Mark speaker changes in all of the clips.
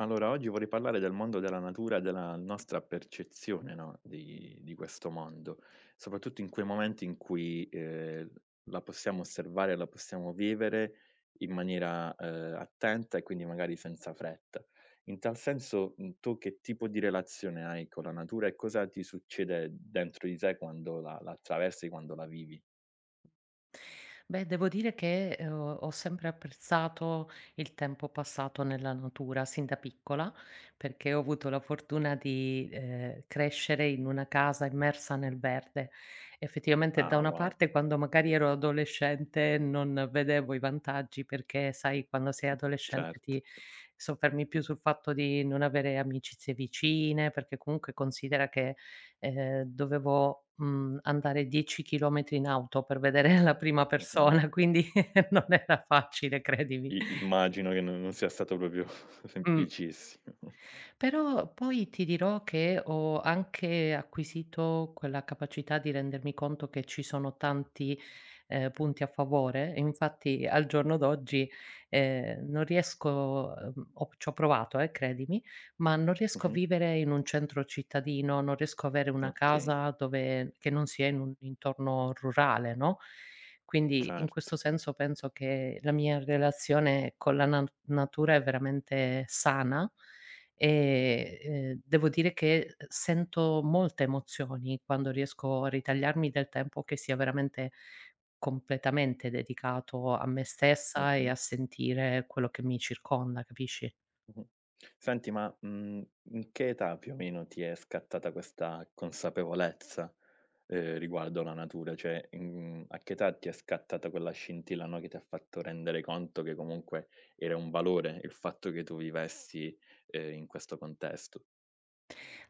Speaker 1: Allora, oggi vorrei parlare del mondo della natura e della nostra percezione, no, di questo mondo, soprattutto in quei momenti in cui, la possiamo osservare, la possiamo vivere in maniera, attenta e quindi magari senza fretta. In tal senso, tu che tipo di relazione hai con la natura e cosa ti succede dentro di te quando la attraversi, quando la vivi?
Speaker 2: Beh, devo dire che, ho sempre apprezzato il tempo passato nella natura sin da piccola, perché ho avuto la fortuna di, crescere in una casa immersa nel verde. Effettivamente da
Speaker 1: Ah,
Speaker 2: una
Speaker 1: wow,
Speaker 2: parte quando magari ero adolescente non vedevo i vantaggi, perché sai quando sei adolescente
Speaker 1: cert
Speaker 2: ti soffermi più sul fatto di non avere amicizie vicine, perché comunque considera che dovevo, andare 10 chilometri in auto per vedere la prima
Speaker 1: mh-mh.
Speaker 2: persona, quindi non era facile, credimi.
Speaker 1: I Immagino che non sia stato proprio
Speaker 2: Mh.
Speaker 1: semplicissimo.
Speaker 2: Però poi ti dirò che ho anche acquisito quella capacità di rendermi conto che ci sono tanti, punti a favore e infatti al giorno d'oggi, non riesco, ho c'ho provato, credimi, ma non riesco a
Speaker 1: Mh-mh.
Speaker 2: vivere in un centro cittadino, non riesco ad avere una
Speaker 1: Okay,
Speaker 2: casa dove che non sia in un intorno rurale, no, quindi in
Speaker 1: certo.
Speaker 2: questo senso penso che la mia relazione con la na natura è veramente sana e, devo dire che sento molte emozioni quando riesco a ritagliarmi del tempo che sia veramente completamente dedicato a me stessa e
Speaker 1: Mh-mh,
Speaker 2: a sentire quello che mi circonda, capisci?
Speaker 1: mh-mh. Senti, ma, in che età più o meno ti è scattata questa consapevolezza, riguardo la natura? Cioè, a che età ti è scattata quella scintilla, no, che ti ha fatto rendere conto che comunque era un valore il fatto che tu vivessi, in questo contesto?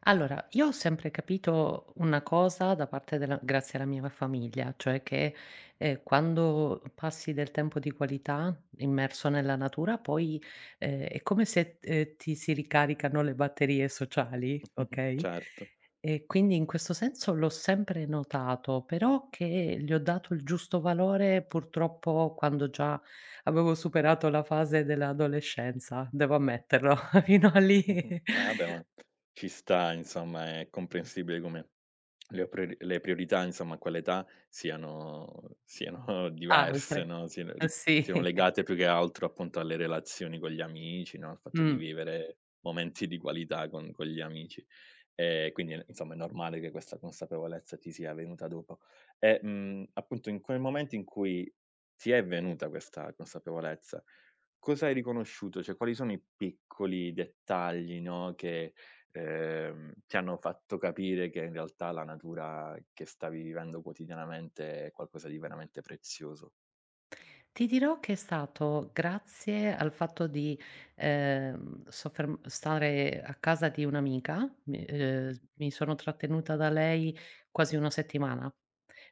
Speaker 2: Allora, io ho sempre capito una cosa da parte della grazie alla mia famiglia, cioè che, quando passi del tempo di qualità immerso nella natura poi, è come se, ti si ricaricano le batterie sociali, okay,
Speaker 1: Certo.
Speaker 2: e quindi in questo senso l'ho sempre notato, però che gli ho dato il giusto valore purtroppo quando già avevo superato la fase dell'adolescenza, devo ammetterlo. Fino a lì
Speaker 1: Mh-mh. Ah, beh, ma ci sta insomma, è comprensibile come le priorità insomma a quell'età siano diverse,
Speaker 2: altre.
Speaker 1: no,
Speaker 2: Eh sì,
Speaker 1: siano legate più che altro appunto alle relazioni con gli amici, no, al fatto di
Speaker 2: mh.
Speaker 1: vivere momenti di qualità con gli amici. E quindi è insomma è normale che questa consapevolezza ti sia venuta dopo. E, appunto in quel momento in cui ti è venuta questa consapevolezza, cosa hai riconosciuto? Cioè quali sono i piccoli dettagli, no, che ti hanno fatto capire che in realtà la natura che stavi vivendo quotidianamente è qualcosa di veramente prezioso.
Speaker 2: Ti dirò che è stato grazie al fatto di, sofferm stare a casa di un'amica, mi sono trattenuta da lei quasi 1 settimana,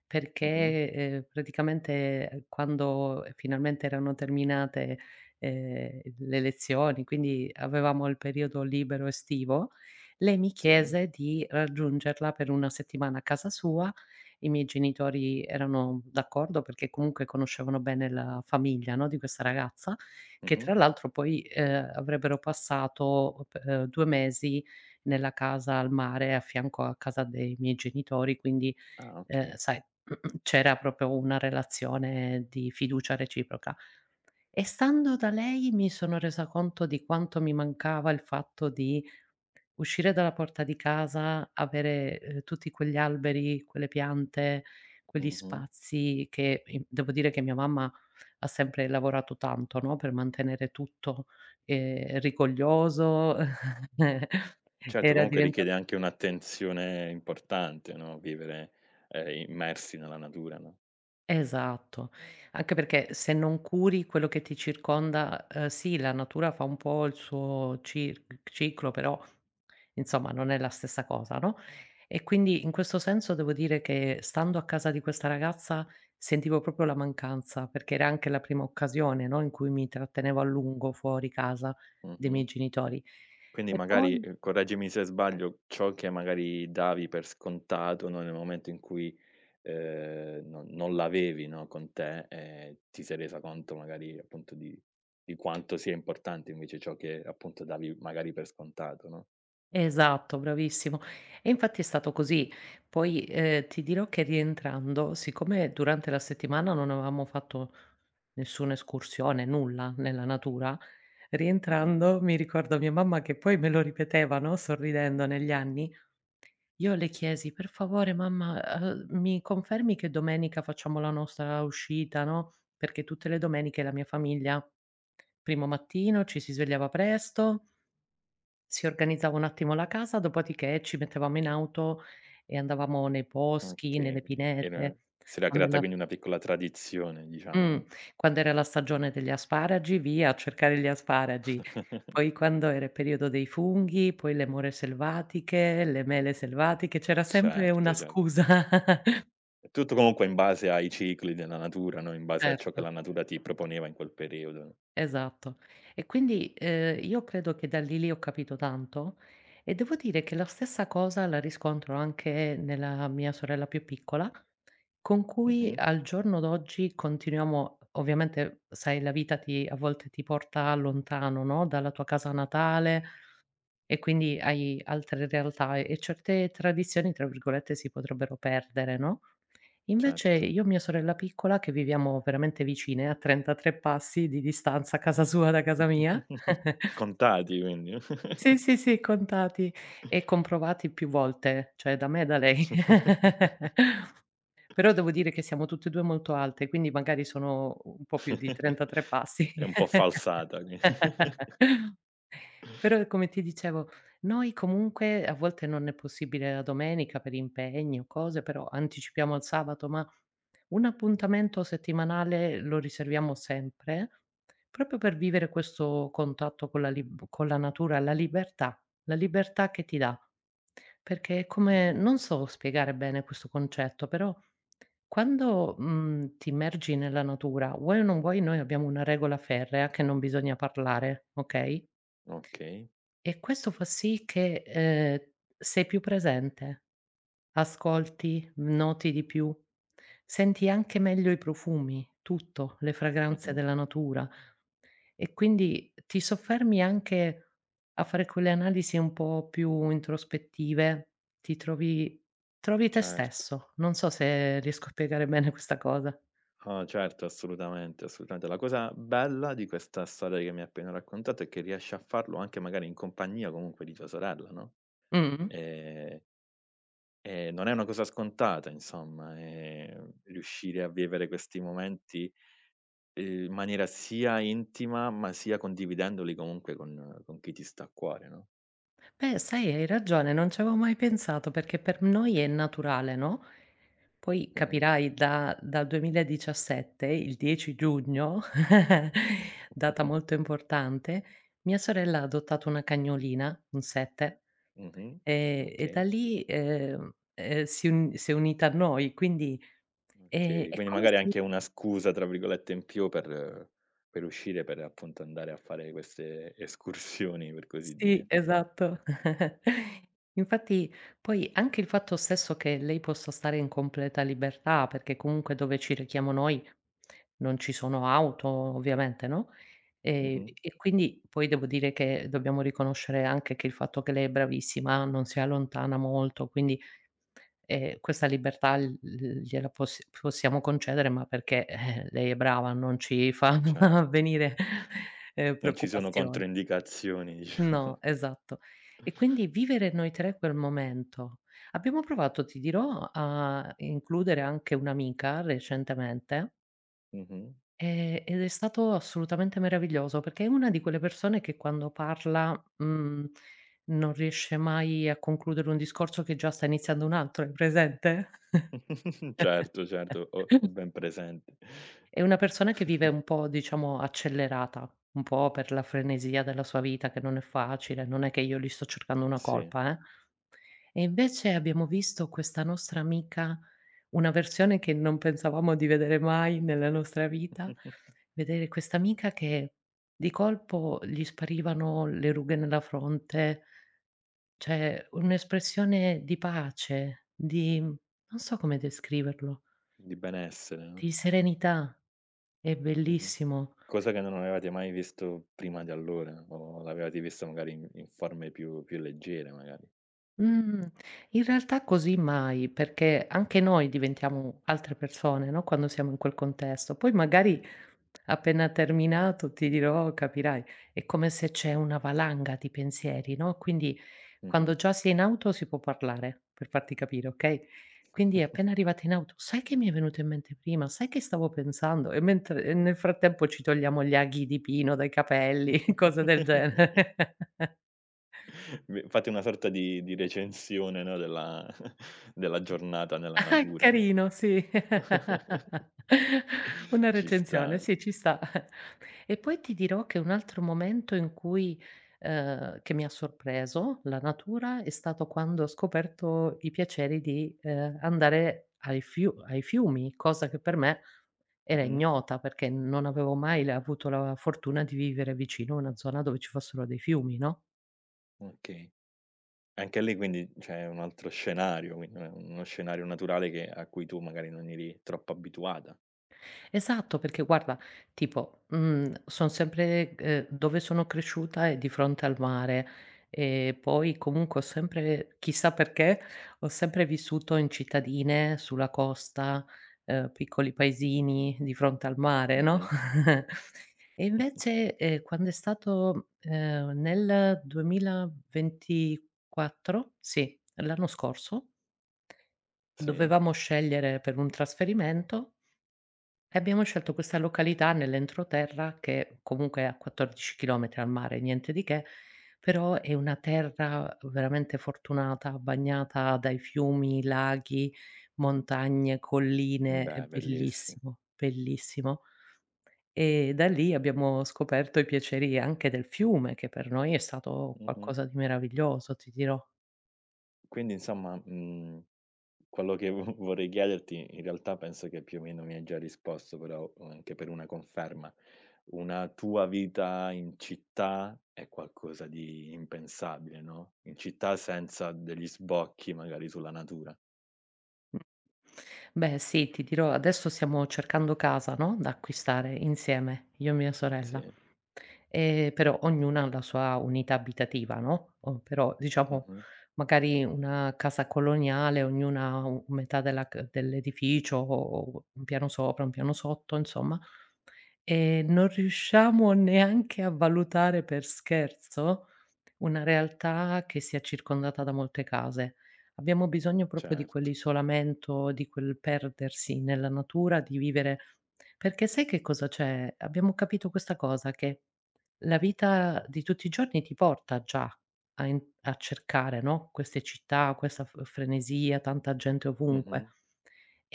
Speaker 2: perché,
Speaker 1: Mh-mh.
Speaker 2: praticamente quando finalmente erano terminate, le lezioni, quindi avevamo il periodo libero estivo, lei mi
Speaker 1: Sì.
Speaker 2: chiese di raggiungerla per 1 settimana a casa sua. I miei genitori erano d'accordo perché comunque conoscevano bene la famiglia, no, di questa ragazza, che
Speaker 1: Mh-mh.
Speaker 2: tra l'altro poi, avrebbero passato p 2 mesi nella casa al mare a fianco a casa dei miei genitori, quindi,
Speaker 1: Ah, okay.
Speaker 2: sai, c'era proprio una relazione di fiducia reciproca. E stando da lei mi sono resa conto di quanto mi mancava il fatto di uscire dalla porta di casa, avere, tutti quegli alberi, quelle piante, quegli
Speaker 1: Mh-mh.
Speaker 2: spazi che i devo dire che mia mamma ha sempre lavorato tanto, no, per mantenere tutto, rigoglioso,
Speaker 1: Certo,
Speaker 2: era
Speaker 1: comunque
Speaker 2: diventa
Speaker 1: richiede anche un'attenzione importante, no, vivere, immersi nella natura, no?
Speaker 2: esatto, anche perché se non curi quello che ti circonda, sì, la natura fa un po' il suo cir ciclo, però insomma non è la stessa cosa, no, e quindi in questo senso devo dire che stando a casa di questa ragazza sentivo proprio la mancanza, perché era anche la prima occasione, no, in cui mi trattenevo a lungo fuori casa dei miei
Speaker 1: Mh-mh.
Speaker 2: genitori.
Speaker 1: Quindi
Speaker 2: E
Speaker 1: magari,
Speaker 2: poi
Speaker 1: correggimi se sbaglio, ciò che magari davi per scontato, no, nel momento in cui non l'avevi, no, con te, e ti sei resa conto magari appunto di quanto sia importante invece ciò che appunto davi magari per scontato, no?
Speaker 2: esatto, bravissimo. E infatti è stato così. Poi, ti dirò che rientrando, siccome durante la settimana non avevamo fatto nessuna escursione, nulla nella natura,
Speaker 1: Mh-mh.
Speaker 2: rientrando mi ricordo mia mamma che poi me lo ripeteva, no, sorridendo negli anni, io le chiesi: "Per favore mamma, mi confermi che domenica facciamo la nostra uscita, no?" Perché tutte le domeniche la mia famiglia, primo mattino ci si svegliava presto, si organizzava un attimo la casa, dopodiché ci mettevamo in auto e andavamo nei boschi,
Speaker 1: Okay,
Speaker 2: nelle
Speaker 1: quindi era
Speaker 2: pinete,
Speaker 1: si era
Speaker 2: quando
Speaker 1: creata
Speaker 2: era
Speaker 1: quindi una piccola tradizione diciamo,
Speaker 2: mh,
Speaker 1: no?
Speaker 2: quando era la stagione degli asparagi, via a cercare gli asparagi. Poi quando era il periodo dei funghi, poi le more selvatiche, le mele selvatiche, c'era sempre una
Speaker 1: Certo, cer
Speaker 2: scusa.
Speaker 1: tutto comunque in base ai cicli della natura, no, in base a ciò
Speaker 2: Certo,
Speaker 1: che la natura ti proponeva in quel periodo, no?
Speaker 2: esatto. E quindi, io credo che da lì ho capito tanto e devo dire che la stessa cosa la riscontro anche nella mia sorella più piccola, con cui
Speaker 1: Mh-mh.
Speaker 2: al giorno d'oggi continuiamo. Ovviamente, sai, la vita ti a volte ti porta lontano, no, dalla tua casa natale e quindi hai altre realtà e certe "tradizioni" tra virgolette si potrebbero perdere, no, invece
Speaker 1: Certo.
Speaker 2: io e mia sorella piccola, che viviamo veramente vicine, a 33 passi di distanza casa sua da casa mia.
Speaker 1: Contati quindi.
Speaker 2: Sì, sì, sì, contati e comprovati più volte, cioè da me e da lei. Però devo dire che siamo tutte e 2 molto alte, quindi magari sono un po' più di 33 passi.
Speaker 1: È un po' falsata qui.
Speaker 2: Però come ti dicevo, noi comunque a volte non è possibile la domenica per impegni o cose, però anticipiamo al sabato, ma un appuntamento settimanale lo riserviamo sempre, proprio per vivere questo contatto con la lib con la natura, la libertà che ti dà. Perché è come
Speaker 1: Mh-mh,
Speaker 2: non so spiegare bene questo concetto, però quando, ti immergi nella natura, vuoi o non vuoi, noi abbiamo una regola ferrea che non bisogna parlare, okay,
Speaker 1: okay,
Speaker 2: e questo fa sì che, sei più presente, ascolti, noti di più, senti anche meglio i profumi, tutto, le fragranze
Speaker 1: mh-mh,
Speaker 2: della natura, e quindi ti soffermi anche a fare quelle analisi un po' più introspettive, ti trovi trovi te
Speaker 1: certo.
Speaker 2: stesso. Non so se riesco a spiegare bene questa cosa.
Speaker 1: Ah, certo, assolutamente, assolutamente. La cosa bella di questa storia che mi hai appena raccontato è che riesci a farlo anche magari in compagnia comunque di tua sorella, no,
Speaker 2: Mh.
Speaker 1: ehm, e non è una cosa scontata insomma, riuscire a vivere questi momenti, in maniera sia intima, ma sia condividendoli comunque con chi ti sta a cuore, no,
Speaker 2: Beh, sai, hai ragione, non ci avevo mai pensato perché per noi è naturale, no, poi
Speaker 1: mh-mh,
Speaker 2: capirai da dal 2017, il 10 giugno, data
Speaker 1: mh-mh,
Speaker 2: molto importante, mia sorella ha adottato una cagnolina, un setter,
Speaker 1: mh-mh,
Speaker 2: e da
Speaker 1: okay.
Speaker 2: lì, si è unita a noi, quindi,
Speaker 1: Okay,
Speaker 2: è
Speaker 1: quindi
Speaker 2: come
Speaker 1: magari
Speaker 2: se
Speaker 1: anche una "scusa" tra virgolette in più per uscire, per appunto andare a fare queste escursioni, per così
Speaker 2: sì,
Speaker 1: dire.
Speaker 2: esatto. Infatti poi anche il fatto stesso che lei possa stare in completa libertà, perché comunque dove ci rechiamo noi non ci sono auto, ovviamente, no,
Speaker 1: Mh-mh,
Speaker 2: e quindi poi devo dire che dobbiamo riconoscere anche che il fatto che lei è bravissima, non si allontana molto, quindi, questa libertà l l gliela possiamo concedere, ma perché, lei è brava, non ci fa
Speaker 1: certo.
Speaker 2: venire,
Speaker 1: Non ci sono
Speaker 2: preoccupazioni.
Speaker 1: controindicazioni dicia
Speaker 2: No, esatto. E quindi vivere noi 3 quel momento. Abbiamo provato, ti dirò, a includere anche un'amica recentemente,
Speaker 1: mh-mh.
Speaker 2: ed è stato assolutamente meraviglioso, perché è una di quelle persone che quando parla, non riesce mai a concludere un discorso che già sta iniziando un altro, hai presente?
Speaker 1: Certo, certo, ho ben presente.
Speaker 2: È una persona che vive un po', diciamo, accelerata, un po' per la frenesia della sua vita che non è facile, non è che io gli sto cercando una
Speaker 1: Sì,
Speaker 2: colpa, eh. E invece abbiamo visto questa nostra amica, una versione che non pensavamo di vedere mai nella nostra vita, vedere questa amica che di colpo gli sparivano le rughe nella fronte, cioè un'espressione di pace, di non so come descriverlo,
Speaker 1: di benessere, no,
Speaker 2: di serenità. È
Speaker 1: mh-mh.
Speaker 2: bellissimo.
Speaker 1: Cosa che non avevate mai visto prima di allora, o l'avevate vista magari in in forme più leggere magari.
Speaker 2: Mhmm, In realtà così mai, perché anche noi diventiamo altre persone, no, quando siamo in quel contesto. Poi magari appena terminato ti dirò: "Oh, capirai". È come se c'è una valanga di pensieri, no, quindi
Speaker 1: Mh-mh.
Speaker 2: quando già sei in auto si può parlare, per farti capire, okay, quindi appena arrivata in auto: "Sai che mi è venuto in mente prima? Sai che stavo pensando?" E mentre e nel frattempo ci togliamo gli aghi di pino dai capelli, cose del genere.
Speaker 1: V fate una sorta di recensione, no, della della giornata nella
Speaker 2: Ah,
Speaker 1: natura, no?
Speaker 2: carino, sì. Una
Speaker 1: Ci sta.
Speaker 2: recensione, sì, ci sta. E poi ti dirò che un altro momento in cui che mi ha sorpreso la natura è stato quando ho scoperto i piaceri di, andare ai fiumi, cosa che per me era
Speaker 1: Mh-mh.
Speaker 2: ignota, perché non avevo mai la avuto la fortuna di vivere vicino a una zona dove ci fossero dei fiumi, no?
Speaker 1: Okay. Anche lì quindi c'è un altro scenario, quindi non è uno scenario naturale che a cui tu magari non eri troppo abituata.
Speaker 2: Esatto, perché guarda, tipo, son sempre dove sono cresciuta è di fronte al mare, e poi comunque ho sempre chissà perché, ho sempre vissuto in cittadine, sulla costa, piccoli paesini di fronte al mare, no,
Speaker 1: Mh-mh.
Speaker 2: e invece, quando è stato, nel 2024, sì, l'anno scorso,
Speaker 1: Sì.
Speaker 2: dovevamo scegliere per un trasferimento e abbiamo scelto questa località nell'entroterra che comunque è a 14 chilometri al mare, niente di che, però è una terra veramente fortunata, bagnata dai fiumi, laghi, montagne, colline, è
Speaker 1: Beh, bellissimo.
Speaker 2: bellissimo, bellissimo. E da lì abbiamo scoperto i piaceri anche del fiume, che per noi è stato
Speaker 1: Mh-mh.
Speaker 2: qualcosa di meraviglioso, ti dirò.
Speaker 1: Quindi insomma, mhmm. Quello che vo vorrei chiederti, in realtà penso che più o meno mi hai già risposto, però anche per una conferma. Una tua vita in città è qualcosa di impensabile, no, in città senza degli sbocchi magari sulla natura.
Speaker 2: Beh sì, ti dirò, adesso stiamo cercando casa, no, da acquistare insieme, io e mia
Speaker 1: Sì,
Speaker 2: sorella. Però ognuna ha la sua unità abitativa, no, o però diciamo
Speaker 1: mh-mh,
Speaker 2: magari una casa coloniale, ognuna ha u metà della c dell'edificio o un piano sopra, un piano sotto, insomma. E non riusciamo neanche a valutare per scherzo una realtà che sia circondata da molte case. Abbiamo bisogno proprio di
Speaker 1: certo.
Speaker 2: quell'isolamento, di quel perdersi nella natura, di vivere perché sai che cosa c'è? Abbiamo capito questa cosa, che la vita di tutti i giorni ti porta già a cercare, no, queste città, questa f frenesia, tanta gente ovunque.
Speaker 1: Mh-mh.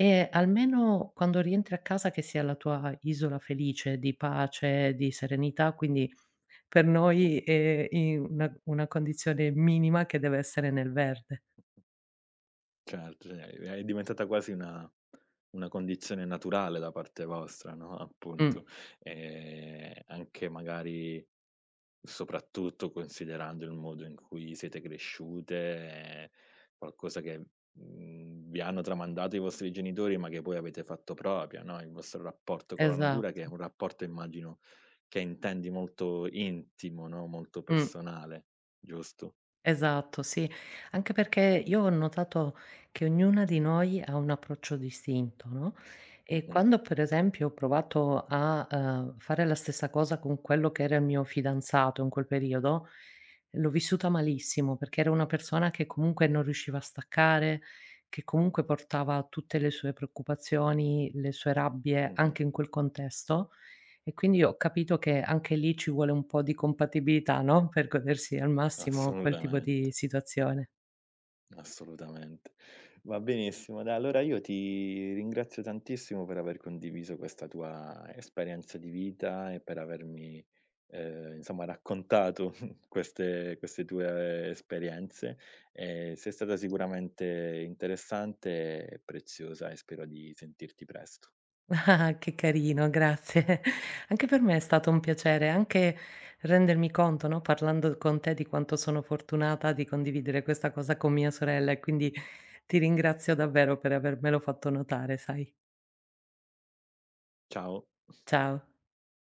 Speaker 2: E almeno quando rientri a casa che sia la tua isola felice, di pace, di serenità, quindi per noi è in una condizione minima che deve essere nel verde.
Speaker 1: Certo, cioè è diventata quasi una condizione naturale da parte vostra, no,
Speaker 2: Mh,
Speaker 1: appunto. Anche magari soprattutto considerando il modo in cui siete cresciute, eh, qualcosa che, vi hanno tramandato i vostri genitori, ma che poi avete fatto propria, no, il vostro rapporto con la natura,
Speaker 2: esatto.
Speaker 1: che è un rapporto immagino che intendi molto intimo, no, molto
Speaker 2: Mh.
Speaker 1: personale, giusto?
Speaker 2: Esatto, sì. Anche perché io ho notato che ognuna di noi ha un approccio distinto, no, e
Speaker 1: Mh-mh,
Speaker 2: quando per esempio ho provato a, fare la stessa cosa con quello che era il mio fidanzato in quel periodo, l'ho vissuta malissimo, perché era una persona che comunque non riusciva a staccare, che comunque portava tutte le sue preoccupazioni, le sue rabbie
Speaker 1: mh-mh,
Speaker 2: anche in quel contesto, e quindi ho capito che anche lì ci vuole un po' di compatibilità, no, per godersi al massimo quel tipo di
Speaker 1: assolutamente.
Speaker 2: situazione.
Speaker 1: Assolutamente. Va benissimo, dai, allora io ti ringrazio tantissimo per aver condiviso questa tua esperienza di vita e per avermi, insomma raccontato queste queste tue esperienze. Sei stata sicuramente interessante e preziosa e spero di sentirti presto.
Speaker 2: Ah, che carino, grazie. Anche per me è stato un piacere, anche rendermi conto, no, parlando con te di quanto sono fortunata di condividere questa cosa con mia sorella e quindi ti ringrazio davvero per avermelo fatto notare, sai.
Speaker 1: Ciao.
Speaker 2: Ciao.